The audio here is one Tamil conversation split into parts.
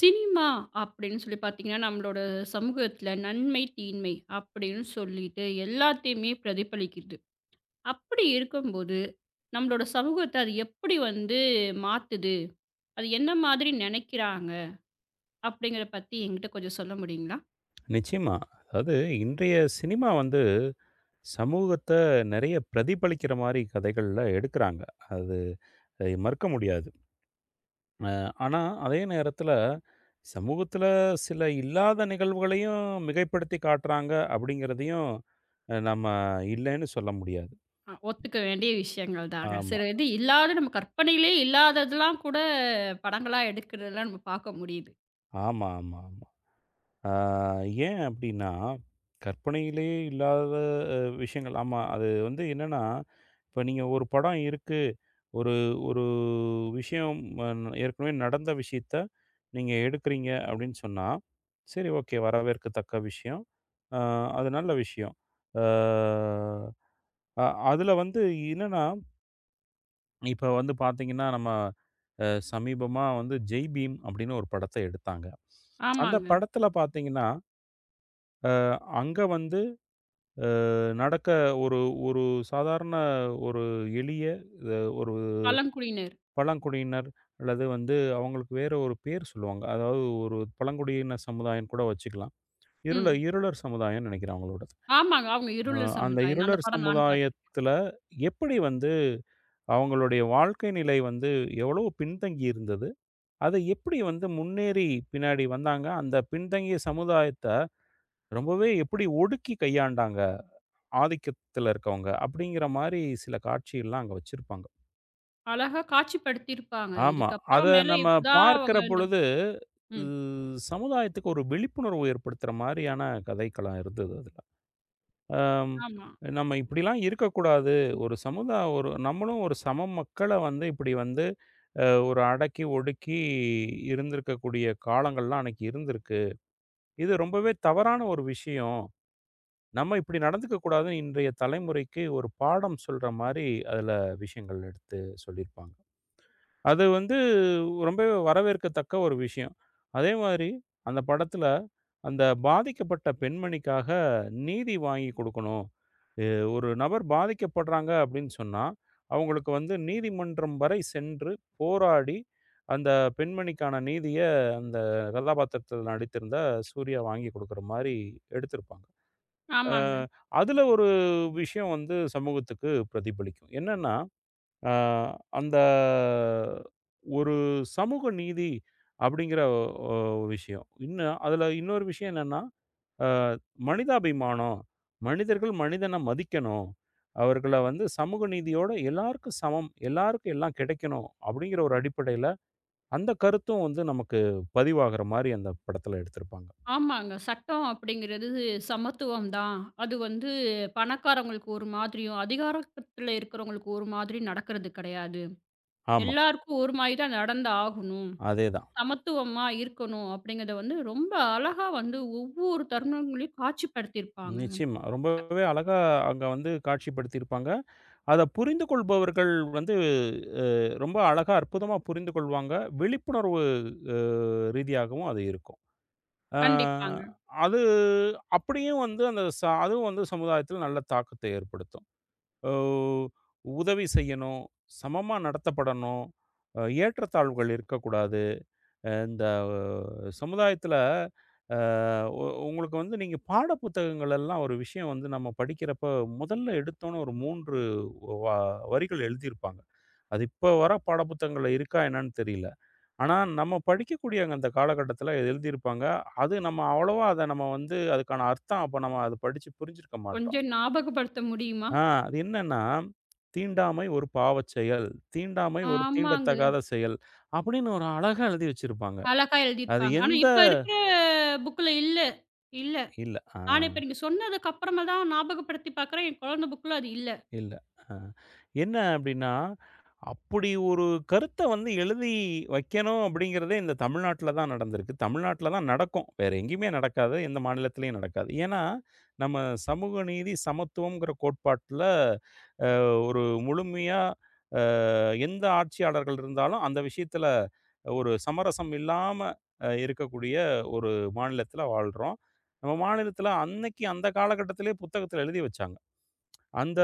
சினிமா அப்படின்னு சொல்லி பார்த்தீங்கன்னா, நம்மளோட சமூகத்தில நன்மை, தீன்மை அப்படின்னு சொல்லிட்டு எல்லாத்தையுமே பிரதிபலிக்குது. அப்படி இருக்கும்போது, நம்மளோட சமூகத்த அது எப்படி வந்து மாத்துது? அது என்ன மாதிரி நெனைக்கிறாங்க? அப்படிங்கிறத பத்தி என்கிட்ட கொஞ்சம் சொல்ல முடியுங்களா? நிச்சயமா. அதாவது இன்றைய சினிமா வந்து சமூகத்த நிறைய பிரதிபலிக்கிற மாரி கதைகள்ல எடுக்குறாங்க. அது அதை மறுக்க முடியாது. அ ஆனா, அதே நேரத்தில சமூகத்தில சில இல்லாத நிகழ்வுகளையும் மிகைப்படுத்தி காட்டுறாங்க அப்படிங்கிறதையும் நம்ம இல்லைன்னு சொல்ல முடியாது. ஒத்துக்க வேண்டிய விஷயங்கள் தாங்க. ஆமா. சில இது இல்லாத நம்ம கற்பனையிலே இல்லாததெல்லாம் கூட படங்களா எடுக்கிறதெல்லாம் நம்ம பார்க்க முடியுது. ஆமா, ஆமா, ஆமா. ஆ, ஏன் அப்படின்னா, கற்பனையிலே இல்லாத விஷயங்கள். ஆமா. அது வந்து என்னன்னா, இப்ப நீங்க ஒரு படம் இருக்கு. ஒரு ஒரு விஷயம் ஏற்கனவே நடந்த விஷயத்த நீங்க எடுக்குறீங்க அப்படின்னு சொன்னா, சரி, ஓகே, வரவேற்கத்தக்க விஷயம். அ அது நல்ல விஷயம். அ அ அதுல வந்து என்னன்னா, இப்ப வந்து பாத்தீங்கன்னா, நம்ம அ சமீபமா வந்து "ஜெய் பீம்" அப்படின்னு ஒரு படத்த எடுத்தாங்க. அந்த ஆமாங்க. படத்துல பாத்தீங்கன்னா அங்க வந்து நடக்க ஒரு ஒரு சாதாரண ஒரு எளிய ஒரு பழங்குடியினர். பழங்குடியினர் அல்லது வந்து அவங்களுக்கு வேற ஒரு பேர் சொல்லுவாங்க. அதாவது ஒரு பழங்குடியினர் சமுதாயம் கூட வச்சுக்கலாம். ம். இருளர் சமுதாயம்னு நினைக்கிறேன் அவங்களோடது. ஆமாங்க. அவங்க அ இருளர் அந்த சமுதாயம். அந்த இருளர் படம் நானும் பார்த்தேன். சமுதாயத்துல எப்படி வந்து அவங்களுடைய வாழ்க்கை நிலை வந்து எவ்வளவு பின்தங்கி இருந்தது? அதை எப்படி வந்து முன்னேறி பின்னாடி வந்தாங்க? அந்த பின்தங்கிய சமுதாயத்த ரொம்பவே எப்படி ஒடுக்கி கையாண்டாங்க? ஆதிக்கத்துல இருக்கவங்க. அப்படிங்கிற மாரி சில காட்சிகள்லாம் அங்க வச்சிருப்பாங்க. அழகா காட்சிப்படுத்தியிருப்பாங்க. ஆமா. அத இதுக்கப்புறம் மேல நம்ம இப்படிதான் பார்க்கிற அவங்க இந்த பொழுது, உ ம். சமுதாயத்துக்கு ஒரு விழிப்புணர்வு ஏற்படுத்துற மாரியான கதைக்களம் இருந்தது அதுல. அம் ஆமா. நம்ம இப்படிலாம் இருக்கக்கூடாது. ஒரு நம்மளும் ஒரு சம மக்கள வந்து இப்படி வந்து ஒரு அடக்கி, ஒடுக்கி இருந்திருக்கக்கூடிய காலங்கள்லாம் அன்னைக்கு இருந்திருக்கு. இது ரொம்பவே தவறான ஒரு விஷயம். நம்ம இப்படி நடந்துக்க கூடாதுன்னு இன்றைய தலைமுறைக்கு ஒரு பாடம் சொல்ற மாரி அதுல விஷயங்கள் எடுத்து சொல்லியிருப்பாங்க. அது வந்து ரொம்பவே வரவேற்கத்தக்க ஒரு விஷயம். அதே மாதிரி அந்த படத்துல அந்த பாதிக்கப்பட்ட பெண்மணிக்காக நீதி வாங்கி குடுக்கணும். எ ஒரு நபர் பாதிக்கப்படுறாங்க அப்படின்னு சொன்னா, அவங்களுக்கு வந்து நீதிமன்றம் வரை சென்று போராடி அந்த பெண்மணிக்கான நீதிய அந்த கதாபாத்திரத்துல நடித்திருந்த சூர்யா வாங்கி குடுக்குற மாரி எடுத்திருப்பாங்க. அ ஆமாங்க. அதில ஒரு விஷயம் வந்து சமூகத்துக்கு பிரதிபலிக்கும். என்னன்னா, அ அந்த ஒரு சமூக நீதி அப்படிங்கிற ஒ விஷயம். இன்னும் அதில இன்னொரு விஷயம் என்னன்னா, அ மனிதாபிமானம், மனிதர்கள் மனிதன மதிக்கணும். அவர்கள வந்து சமூக நீதியோட எல்லாருக்கும் சமம், எல்லாருக்கும் எல்லாம் கிடைக்கணும் அப்படிங்கிற ஒரு அடிப்படையில, அந்த கருத்தும் வந்து நமக்கு பதிவாகிற மாரி அந்த படத்தில எடுத்திருப்பாங்க. ஆமாங்க. சட்டம் அப்படிங்கிறது சமத்துவம் தான். அது வந்து பணக்காரங்களுக்கு ஒரு மாதிரியும், அதிகாரத்துல இருக்கிறவங்களுக்கு ஒரு மாதிரி நடக்கிறது கிடையாது. ஆமா, எல்லாருக்கும் ஒரு மாதிரி தான் நடந்து ஆகணும். அதேதான். சமத்துவமா இருக்கணும் அப்படிங்கிறத வந்து ரொம்ப அழகா வந்து ஒவ்வொரு தருணங்களையும் காட்சிப்படுத்தியிருப்பாங்க. நிச்சயமா. ரொம்பவே அழகா அங்க வந்து காட்சிப்படுத்தியிருப்பாங்க. அத புரிந்து கொள்பவர்கள் வந்து அ ரொம்ப அழகா அற்புதமா புரிந்து கொள்வாங்க. விழிப்புணர்வு அ ரீதியாகவும் அது இருக்கும். ஆ கண்டிப்பாங்க. அது அப்படியும் வந்து அந்த அதுவும் வந்து சமுதாயத்தில நல்ல தாக்கத்தை ஏற்படுத்தும். ஓ உதவி செய்யணும், சமமா நடத்தப்படணும், ஏற்றத்தாழ்வுகள் இருக்கக்கூடாது. இந்த சமுதாயத்தில அ உ உங்களுக்கு வந்து நீங்க பாட புத்தகங்கள் எல்லாம் ஒரு விஷயம் வந்து நம்ம படிக்கிறப்ப முதல்ல எடுத்தோனே ஒரு 3 வ வரிகள் எழுதியிருப்பாங்க. அது இப்ப வர பாடப்புத்தகங்கள்ல இருக்கா என்னன்னு தெரியல. ஆனா, நம்ம படிக்கக்கூடிய அங்க அந்த காலகட்டத்தில எழுதியிருப்பாங்க. அது நம்ம அவ்வளவா அத நம்ம வந்து அதுக்கான அர்த்தம் அப்ப நம்ம அத படிச்சு புரிஞ்சிருக்க மாட்டோம். கொஞ்சம் ஞாபகப்படுத்த முடியுமா? ஆ அது என்னன்னா, "தீண்டாமை ஒரு பாவச் செயல். தீண்டாமை ஒரு ஆமாங்க. தீண்டத்தகாத செயல்" அப்படின்னு ஒரு அழகா எழுதி வச்சிருப்பாங்க. அழகா அது எழுதியிருப்பாங்க. ஆனா எந்த இப்ப இருக்கிற புக்ல இல்ல. இல்ல. இல்ல. ஆ, ஆனா இப்ப நீங்க சொன்னதுக்கு அப்புறமா தான் ஞாபகப்படுத்தி பார்க்குறேன். என் குழந்த புக்ல அது இல்ல. இல்ல. ஆ. என்ன அப்டின்னா, அப்படி ஒரு கருத்த வந்து எழுதி வைக்கணும் அப்படிங்கிறதே இந்த தமிழ்நாட்ல தான் நடந்திருக்கு. தமிழ்நாட்ல தான் நடக்கும். வேற எங்கேயுமே நடக்காது. எந்த மாநிலத்திலயும் நடக்காது. ஏன்னா, நம்ம சமூக நீதி, சமத்துவம்ங்கிற கோட்பாட்ல அ ஒரு முழுமையா எந்த ஆட்சியாளர்கள் இருந்தாலும் அந்த விஷயத்தில ஒரு சமரசம் இல்லாம இருக்கக்கூடிய ஒரு மாநிலத்தில வாழ்றோம். நம்ம மாநிலத்தில அன்னைக்கு அந்த காலகட்டத்திலேயே புத்தகத்தில எழுதி வச்சாங்க. அந்த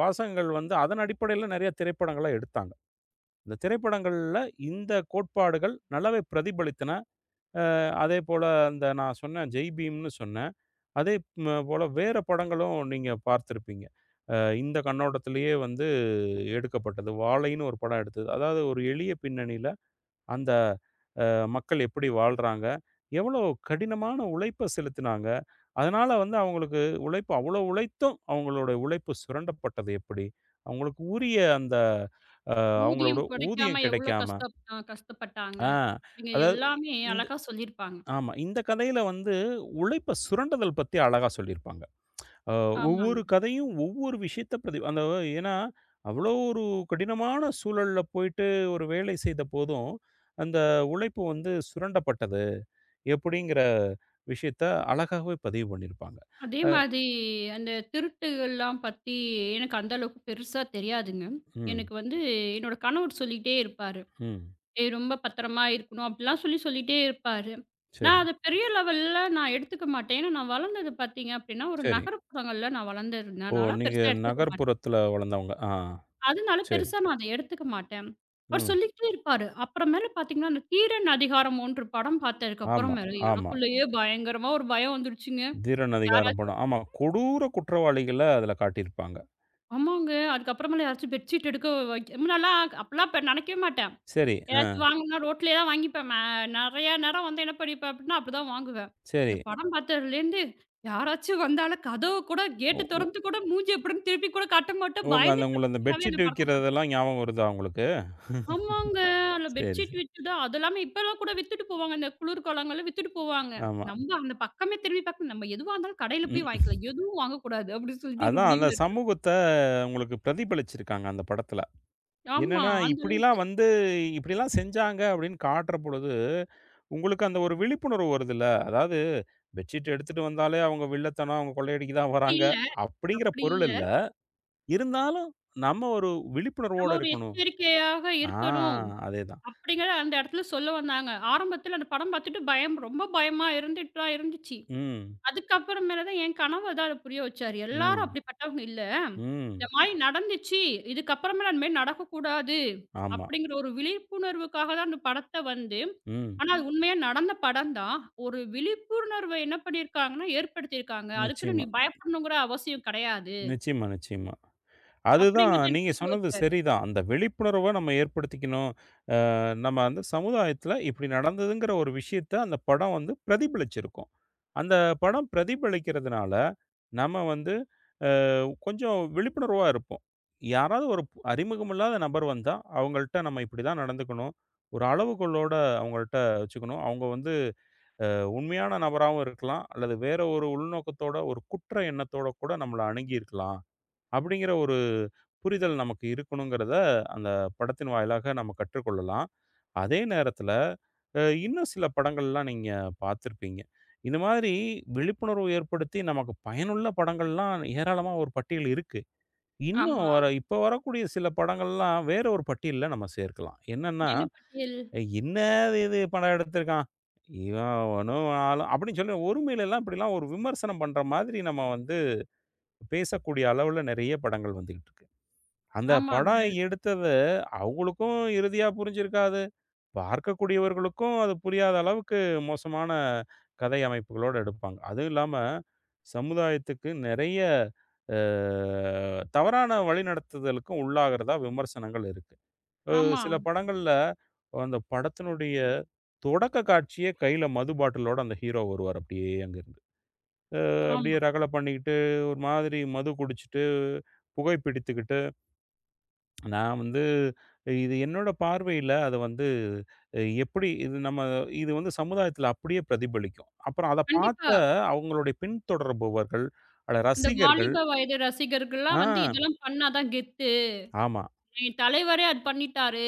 வாசகங்கள் வந்து அதன் அடிப்படையில நிறைய திரைப்படங்கள எடுத்தாங்க. இந்த திரைப்படங்கள்ல இந்த கோட்பாடுகள் நல்லாவே பிரதிபலித்தன. அதேபோல அந்த நான் சொன்னேன் "ஜெய் பீம்னு" சொன்னேன். அதே போல வேற படங்களும் நீங்க பார்த்திருப்பீங்க. அ இந்த கண்ணோட்டத்திலேயே வந்து எடுக்கப்பட்டது. "வாழைன்னு" ஒரு படம் எடுத்தது. அதாவது ஒரு எளிய பின்னணியில அந்த மக்கள் எப்படி வாழ்றாங்க? எவ்வளோ கடினமான உழைப்ப செலுத்தினாங்க? அதனால வந்து அவங்களுக்கு உழைப்பு அவ்வளோ உழைத்தும் அவங்களோட உழைப்பு சுரண்டப்பட்டது எப்படி? அவங்களுக்கு உரிய அந்த அ அவங்களோட ஊதியம் கிடைக்காம ஊதியம் எவ்வளோ கிடைக்காம. கஷ்ட கஷ்டப்பட்டாங்க. ஆ அப்படிங்க அதாவது எல்லாமே இந்த அழகா சொல்லியிருப்பாங்க. ஆமா. இந்த கதையில வந்து உழைப்ப சுரண்டுதல் பத்தி அழகா சொல்லியிருப்பாங்க. அ ஆமாங்க. ஒவ்வொரு கதையும் ஒவ்வொரு விஷயத்த பிரதி அந்த ஏன்னா, அவ்வளோ ஒரு கடினமான சூழல்ல போயிட்டு ஒரு வேலை செய்த போதும், அந்த உழைப்பு வந்து சுரண்டப்பட்டது. எப்படிங்கிற விஷயத்த அழகாவே பதிவு பண்ணியிருப்பாங்க. அதே அ மாதிரி அந்த திருட்டுகள்லாம் பத்தி எனக்கு அந்த அளவுக்கு பெருசா தெரியாதுங்க. ம், எனக்கு வந்து என்னோட கணவர் சொல்லிட்டே இருப்பாரு. ம். ஏய் ரொம்ப பத்திரமா இருக்கணும் அப்படிலாம் சொல்லி சொல்லிட்டே இருப்பாரு. நான் சரி, அத பெரிய லெவல்ல நான் எடுத்துக்க மாட்டேன். ஏன்னா நான் வளர்ந்தது பார்த்தீங்க அப்படின்னா, ஒரு சரி. நகரப்புறங்கள்ல நான் ஓ! வளர்ந்ததுனால நீங்க பெருசா எடுத்துக்க மாட்டேன். நகர்ப்புறத்தில வளர்ந்தவங்க. ஆ அதனால சரி. பெருசா நான் அத எடுத்துக்க மாட்டேன். அவர் ம். சொல்லிக்கிட்டே இருப்பாரு. அப்புறமேல பார்த்தீங்கன்னா, அந்த தீரன் அதிகாரம் 1 படம் பார்த்ததுக்கு ஆமா, அப்புறமேல ஆமா. எனக்குள்ளேயே பயங்கரமா ஒரு பயம் வந்துருச்சுங்க. திறன் அதிகாரம் யாராச்சும் படம். ஆமா. கொடூர குற்றவாளிகள அதில காட்டியிருப்பாங்க. ஆமாங்க. அதுக்கப்புறமேல யாராச்சும் பெட்ஷீட் எடுக்க வைக்க முன்னலாம் அப்பலாம் நினைக்கவே மாட்டேன். சரி. ஏதாச்சும் ஆ. வாங்கணும்னா ரோட்லயே தான் வாங்கிப்பேன். நெறைய நேரம் வந்து என்ன பண்ணிப்பேன் அப்டின்னா, அப்படிதான் வாங்குவேன். சரி. இந்த படம் பார்த்ததுலேருந்து யாராச்சும் வந்தாலும் கதவு கூட ஒ கேட்ட ஒ தொறந்து கூட மூஞ்சி எப்படின்னு திருப்பி கூட காட்ட மாட்டேன். உங்க அந்த பயந்துட்டேன். உங்கள அந்த உண்மையாவே அந்த பெட்ஷீட் படத்த பார்த்து. விக்கிறதெல்லாம் ஞாபகம் வருதா உங்களுக்கு? ஆமாங்க. அதில சரி, பெட்ஷீட் சரி. வித்துது. அது இல்லாம இப்பலாம் கூட வித்துட்டு போவாங்க. இந்த குளிர்காலங்கள்ல வித்துட்டு போவாங்க. ஆமா. நம்ம அந்த பக்கமே திரும்பி பார்க்க நம்ம எதுவா இருந்தாலும் கடையில ம். போய் வாங்கிக்கலாம். எதுவும் வாங்கக்கூடாது அப்படின்னு சொல்லிட்டு ஒரு அதான் அந்த முடிவுல சமூகத்த உங்களுக்கு பிரதிபலிச்சிருக்காங்க அந்த படத்துல. ஆமா. என்னன்னா, அந்த இப்படிலாம் அளவுக்கு வந்து இப்படிலாம் செஞ்சாங்க அப்படின்னு காட்டுற பொழுது, உங்களுக்கு அந்த ஒரு விழிப்புணர்வு வருதுல்ல. அதாவது பெட்ஷீட் எடுத்துட்டு வந்தாலே அவங்க வில்லத்தனம், அவங்க கொள்ளையடிக்க தான் வராங்க இல்ல. அப்படிங்கிற அப்படி பொருள் இல்ல. இல்ல. இருந்தாலும் நம்ம ஒரு நம்ம விழிப்புணர்வோட ஒரு இருக்கணும். எச்சரிக்கையாக ஆ இருக்கணும். அதேதான். அப்படிங்கிற அந்த இடத்துல சொல்ல வந்தாங்க. ஆரம்பத்தில அந்த படம் பார்த்துட்டு பயம் ரொம்ப பயமா இருந்துட்டு தான் இருந்துச்சு. ம். அதுக்கப்புறமேல தான் என் கணவர் தான் அத புரிய வச்சாரு. எல்லாரும் ம். அப்படிப்பட்டவங்க இல்ல. இந்த ம். மாரி நடந்துச்சு. இதுக்கப்புறமேல அந்த மாரி நடக்கக்கூடாது. ஆமா. அப்படிங்கிற ஒரு விழிப்புணர்வுக்காக தான் அந்த படத்த வந்து ம். ஆனா அது உண்மையா நடந்த படம் தான். ஒரு விழிப்புணர்வ என்ன பண்ணியிருக்காங்கன்னா, ஏற்படுத்தியிருக்காங்க. அதுக்குன்னு நீ நிச்சயமா, பயப்படணுங்கிற அவசியம் கிடையாது. நிச்சயமா, நிச்சயமா. அதுதான் அப்படிங்கிறத எனக்கு நீங்க புரிய சொன்னது வச்சாரு. சரிதான். அந்த விழிப்புணர்வ நம்ம ஏற்படுத்திக்கணும். நம்ம அந்த சமுதாயத்தில இப்படி நடந்ததுங்கிற ஒரு விஷயத்த அந்த படம் வந்து பிரதிபலிச்சிருக்கும். அந்த படம் பிரதிபலிக்கிறதுனால, நம்ம வந்து கொஞ்சம் விழிப்புணர்வா இருப்போம். யாராவது ஒரு அறிமுகமில்லாத நபர் வந்தா, அவங்கள்ட்ட நம்ம இப்படிதான் நடந்துக்கணும். ஒரு அளவுகோலோட அவங்கள்ட்ட வச்சுக்கணும். அவங்க வந்து உண்மையான நபராவும் இருக்கலாம். அல்லது வேற ஒரு உள்நோக்கத்தோட, ஒரு குற்ற எண்ணத்தோட கூட நம்மள அணுகியிருக்கலாம். அப்படிங்கிற ஒரு புரிதல் நமக்கு இருக்கணுங்கிறத அந்த படத்தின் வாயிலாக நம்ம கற்றுக்கொள்ளலாம். அதே நேரத்தில, இன்னும் சில படங்கள்லாம் நீங்க பார்த்துருப்பீங்க. இந்த மாதிரி விழிப்புணர்வு ஏற்படுத்தி நமக்கு பயனுள்ள படங்கள்லாம் ஏராளமா ஒரு பட்டியல் இருக்கு. இன்னும் ஆமா. வர இப்ப வரக்கூடிய சில படங்கள்லாம் வேற ஒரு பட்டியல்ல நம்ம சேர்க்கலாம். என்னன்னா, என்ன பட்டியல்? "என்னது இது இது படம் எடுத்திருக்கான்? இவன் ஒண்ணும் ஆளும்" அப்படின்னு சொல்லி ஒருமையிலலாம் இப்படிலாம் ஒரு விமர்சனம் பண்ற மாதிரி நம்ம வந்து பேசக்கூடிய அளவுல நெறைய படங்கள் வந்துகிட்டு இருக்கு. அந்த ஆமாங்க. படம் எடுத்தது அவங்களுக்கும் இறுதியா புரிஞ்சிருக்காது. பார்க்கக்கூடியவர்களுக்கும் அது புரியாத அளவுக்கு மோசமான கதை அமைப்புகளோட எடுப்பாங்க. அதுவும் இல்லாம சமுதாயத்துக்கு நெறைய அ தவறான வழிநடத்துதலுக்கும் உள்ளாகிறதா விமர்சனங்கள் இருக்கு. அ ஆமா, சில படங்கள்ல அந்த படத்தினுடைய தொடக்க காட்சியே கையில மது பாட்டிலோட அந்த ஹீரோ வருவார் அப்படியே அங்கருந்து. அப்படியே ஆமா. ரகளை பண்ணிக்கிட்டு ஒரு மாதிரி மது குடிச்சிட்டு, புகை பிடித்துக்கிட்டு நான் வந்து இது என்னோட பார்வையில அத வந்து எப்படி இது நம்ம இது வந்து சமுதாயத்துல அப்படியே பிரதிபலிக்கும். அப்புறம் அத பார்த்த கண்டிப்பா. அவங்களுடைய பின்தொடர்பவர்கள், அட இந்த ரசிகர்கள் வாலிப வயது ஆ ரசிகர்கள்லாம் வந்து இதெல்லாம் பண்ணா தான் கெத்து. ஆமா. என் தலைவரே அது பண்ணிட்டாரு.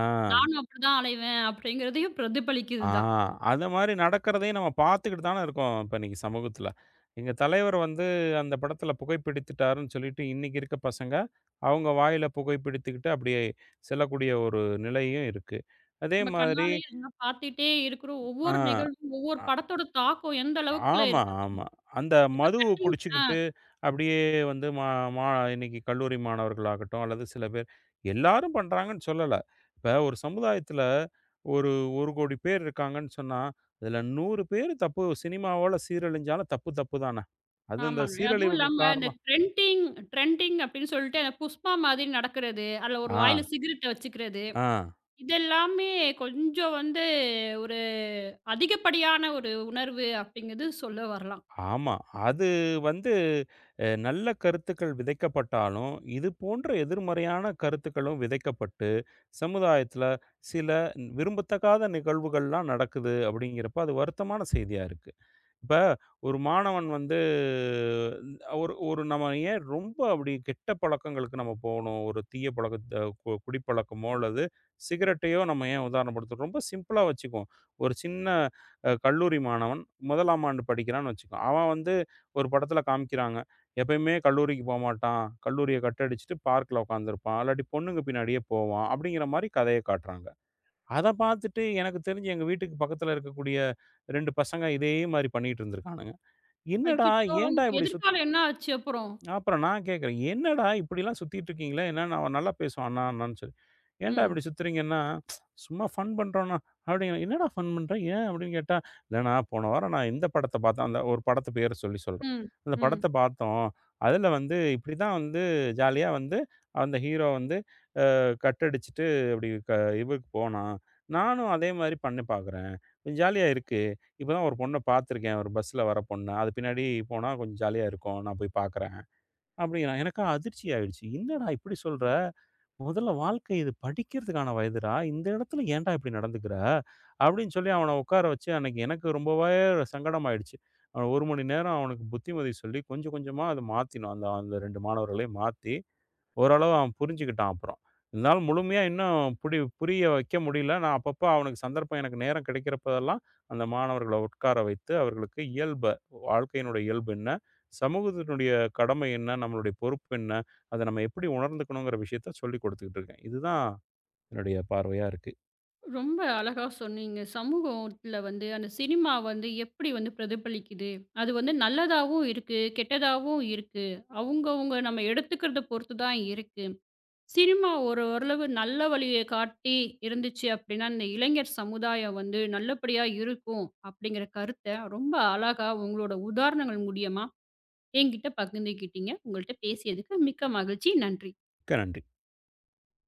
ஆ, நானும் அப்படிதான் அலைவேன் அப்படிங்கிறதையும் பிரதிபலிக்குது ஆ தான். அந்த மாரி நடக்கிறதையும் நம்ம பார்த்துக்கிட்டு தானே இருக்கோம் இப்ப இன்னைக்கு சமூகத்துல. எங்க தலைவர் வந்து அந்த படத்துல புகைப்பிடித்துட்டாருன்னு சொல்லிட்டு இன்னைக்கு இருக்க பசங்க, அவங்க வாயில புகைப்பிடித்துக்கிட்டு அப்படியே செல்லக்கூடிய ஒரு நிலையும் இருக்கு. அதே நம்ம மாதிரி கண்ணாலேயே அதெல்லாம் பார்த்துட்டே இருக்கிறோம். ஒவ்வொரு ஆ. நிகழ்வும், ஒவ்வொரு படத்தோட தாக்கம் எந்த அளவுக்குள்ள ஆமா, இருக்கு அப்படின்னு. ஆமா. அந்த இப்ப மது கட்டிங் குடிச்சுக்கிட்டு அப்படியே வந்து மா மா இன்னைக்கு கல்லூரி மாணவர்களாகட்டும், அல்லது சில பேர் எல்லாரும் பண்றாங்கன்னு சொல்லல. இப்ப ஒரு சமுதாயத்துல ஒரு 1,00,00,00,000 பேர் இருக்காங்கன்னு சொன்னா, அதுல 100 பேர் தப்பு சினிமாவால சீரழிஞ்சாலும் தப்பு, தப்பு தான. அது அந்த ஆமாங்க. அதுவும் சீரழிவுக்கு இல்லாம இந்த காரணம். ட்ரெண்டிங் ட்ரெண்டிங் அப்படின்னு சொல்லிட்டு அந்த புஷ்பா மாதிரி நடக்கிறது. அதுல ஒரு ஆ, வாயில சிகரெட்ட வச்சுக்கிறது. ஆ. இதெல்லாமே கொஞ்சம் வந்து ஒரு அதிகப்படியான ஒரு உணர்வு அப்படிங்கிறது சொல்ல வரலாம். ஆமா. அது வந்து நல்ல கருத்துக்கள் விதைக்கப்பட்டாலும், இது போன்ற எதிர்மறையான கருத்துக்களும் விதைக்கப்பட்டு, சமுதாயத்தில சில விரும்பத்தகாத நிகழ்வுகள்லாம் நடக்குது அப்படிங்கிறப்ப, அது வருத்தமான செய்தியா இருக்கு. இப்ப ஒரு மாணவன் வந்து ஒரு ஒரு நம்ம ஏன் ரொம்ப அப்படி கெட்ட பழக்கங்களுக்கு நம்ம போகணும். ஒரு தீய பழக்கத்த குடிப்பழக்கமோ அல்லது சிகரெட்டையோ நம்ம ஏன் உதாரணப்படுத்துறோம். ரொம்ப சிம்பிளா வச்சுக்குவோம். ஒரு சின்ன கல்லூரி மாணவன் 1ஆம் ஆண்டு படிக்கிறான்னு வச்சுக்கோங்க. அவன் வந்து ஒரு படத்துல காமிக்கிறாங்க. எப்பயுமே கல்லூரிக்கு போமாட்டான். கல்லூரிய கட் அடிச்சுட்டு பார்க்ல உட்காந்துருப்பான். இல்லாட்டி பொண்ணுங்க பின்னாடியே போவான். அப்படிங்கிற மாரி கதைய காட்டுறாங்க. அத பார்த்துட்டு எனக்கு தெரிஞ்சு எங்க வீட்டுக்கு பக்கத்துல இருக்கக்கூடிய 2 பசங்க இதே மாரி பண்ணிட்டு இருந்திருக்கானுங்க. "என்னடா அச்சச்சோ! ஏன்டா அவங்க இப்படி சுத்" எதிர்காலம் என்ன ஆச்சு அப்புறம்? அப்புறம் நான் கேட்கிறேன், "என்னடா இப்படிலாம் சுத்திட்டு இருக்கீங்களே?" ஏன்னா நான் நல்லா பேசுவேன் அண்ணா, அண்ணான்னு சொல்லி. "ஏன்டா ம், இப்படி சுத்துறீங்கன்னா?" "சும்மா ஃபன் பண்றோம்ண்ணா" அப்படிங்கிறேன். "என்னடா ஃபன் பண்ற? ஏன்?" அப்படின்னு கேட்டா, "இல்லண்ணா போன வாரம் நான் இந்த படத்த பார்த்தேன்" அந்த ஒரு படத்து பேர சொல்லி சொல்றேன். ம், "அந்த ம். படத்த பார்த்தோம். அதுல வந்து இப்படிதான் வந்து ஜாலியா வந்து அந்த ஹீரோ வந்து கட் அடிச்சுட்டு அப்படி இதுக்கு போனான். நானும் அதே மாரி பண்ணி பார்க்குறேன். கொஞ்சம் ஜாலியா இருக்கு. இப்ப தான் ஒரு பொண்ண பார்த்துருக்கேன். ஒரு பஸ்ல வர பொண்ண. அது பின்னாடி போனா கொஞ்சம் ஜாலியா இருக்கும். நான் போய் பார்க்குறேன். அப்படிங்கிறான். எனக்கு அதிர்ச்சி ஆயிடுச்சு. என்னடா இப்படி சொல்ற? முதல்ல வாழ்க்கை இது படிக்கிறதுக்கான வயதுடா. இந்த இடத்துல ஏன்டா இப்படி நடந்துக்கிற? அப்படின்னு சொல்லி அவன உட்கார வச்சு அன்னைக்கு எனக்கு ரொம்பவே சங்கடமாயிடுச்சு. அவன் 1 மணி நேரம் அவனுக்கு புத்திமதி சொல்லி கொஞ்சம் கொஞ்சமா அத மாத்தினோம். அந்த அந்த 2 மாணவர்களையும் மாத்தி ஓரளவு அவன் புரிஞ்சுக்கிட்டான் அப்புறம். இருந்தாலும் முழுமையா இன்னும் புரிய வைக்க முடியல. நான் அப்பப்ப அவனுக்கு சந்தர்ப்பம் எனக்கு நேரம் கிடைக்கிறப்பதெல்லாம், அந்த மாணவர்கள உட்கார வைத்து, அவர்களுக்கு வாழ்க்கையினுடைய இயல்பு என்ன? சமூகத்தினுடைய கடமை என்ன? நம்மளுடைய பொறுப்பு என்ன? அத நம்ம எப்படி உணர்ந்துக்கணுங்கிற விஷயத்த சொல்லிக் குடுத்துக்கிட்டு இருக்கேன். இதுதான் என்னுடைய பார்வையா இருக்கு. ரொம்ப அழகா சொன்னீங்க. சமூகத்துல வந்து அந்த சினிமா வந்து எப்படி வந்து பிரதிபலிக்குது? அது வந்து நல்லதாவும் இருக்கு, கெட்டதாவும் இருக்கு. அவங்கவங்க நம்ம எடுத்துக்கிறத பொறுத்து தான் இருக்கு. சினிமா ஒரு ஓரளவு நல்ல வழிய காட்டி இருந்துச்சு அப்படின்னா, இந்த இளைஞர் சமுதாயம் வந்து நல்லபடியா இருக்கும் அப்படிங்கிற கருத்த ரொம்ப அழகா உங்களோட உதாரணங்கள் மூலியமா என்கிட்ட பகிர்ந்துக்கிட்டீங்க. உங்கள்ட்ட பேசியதுக்கு மிக்க மகிழ்ச்சி. நன்றி. மிக்க நன்றி.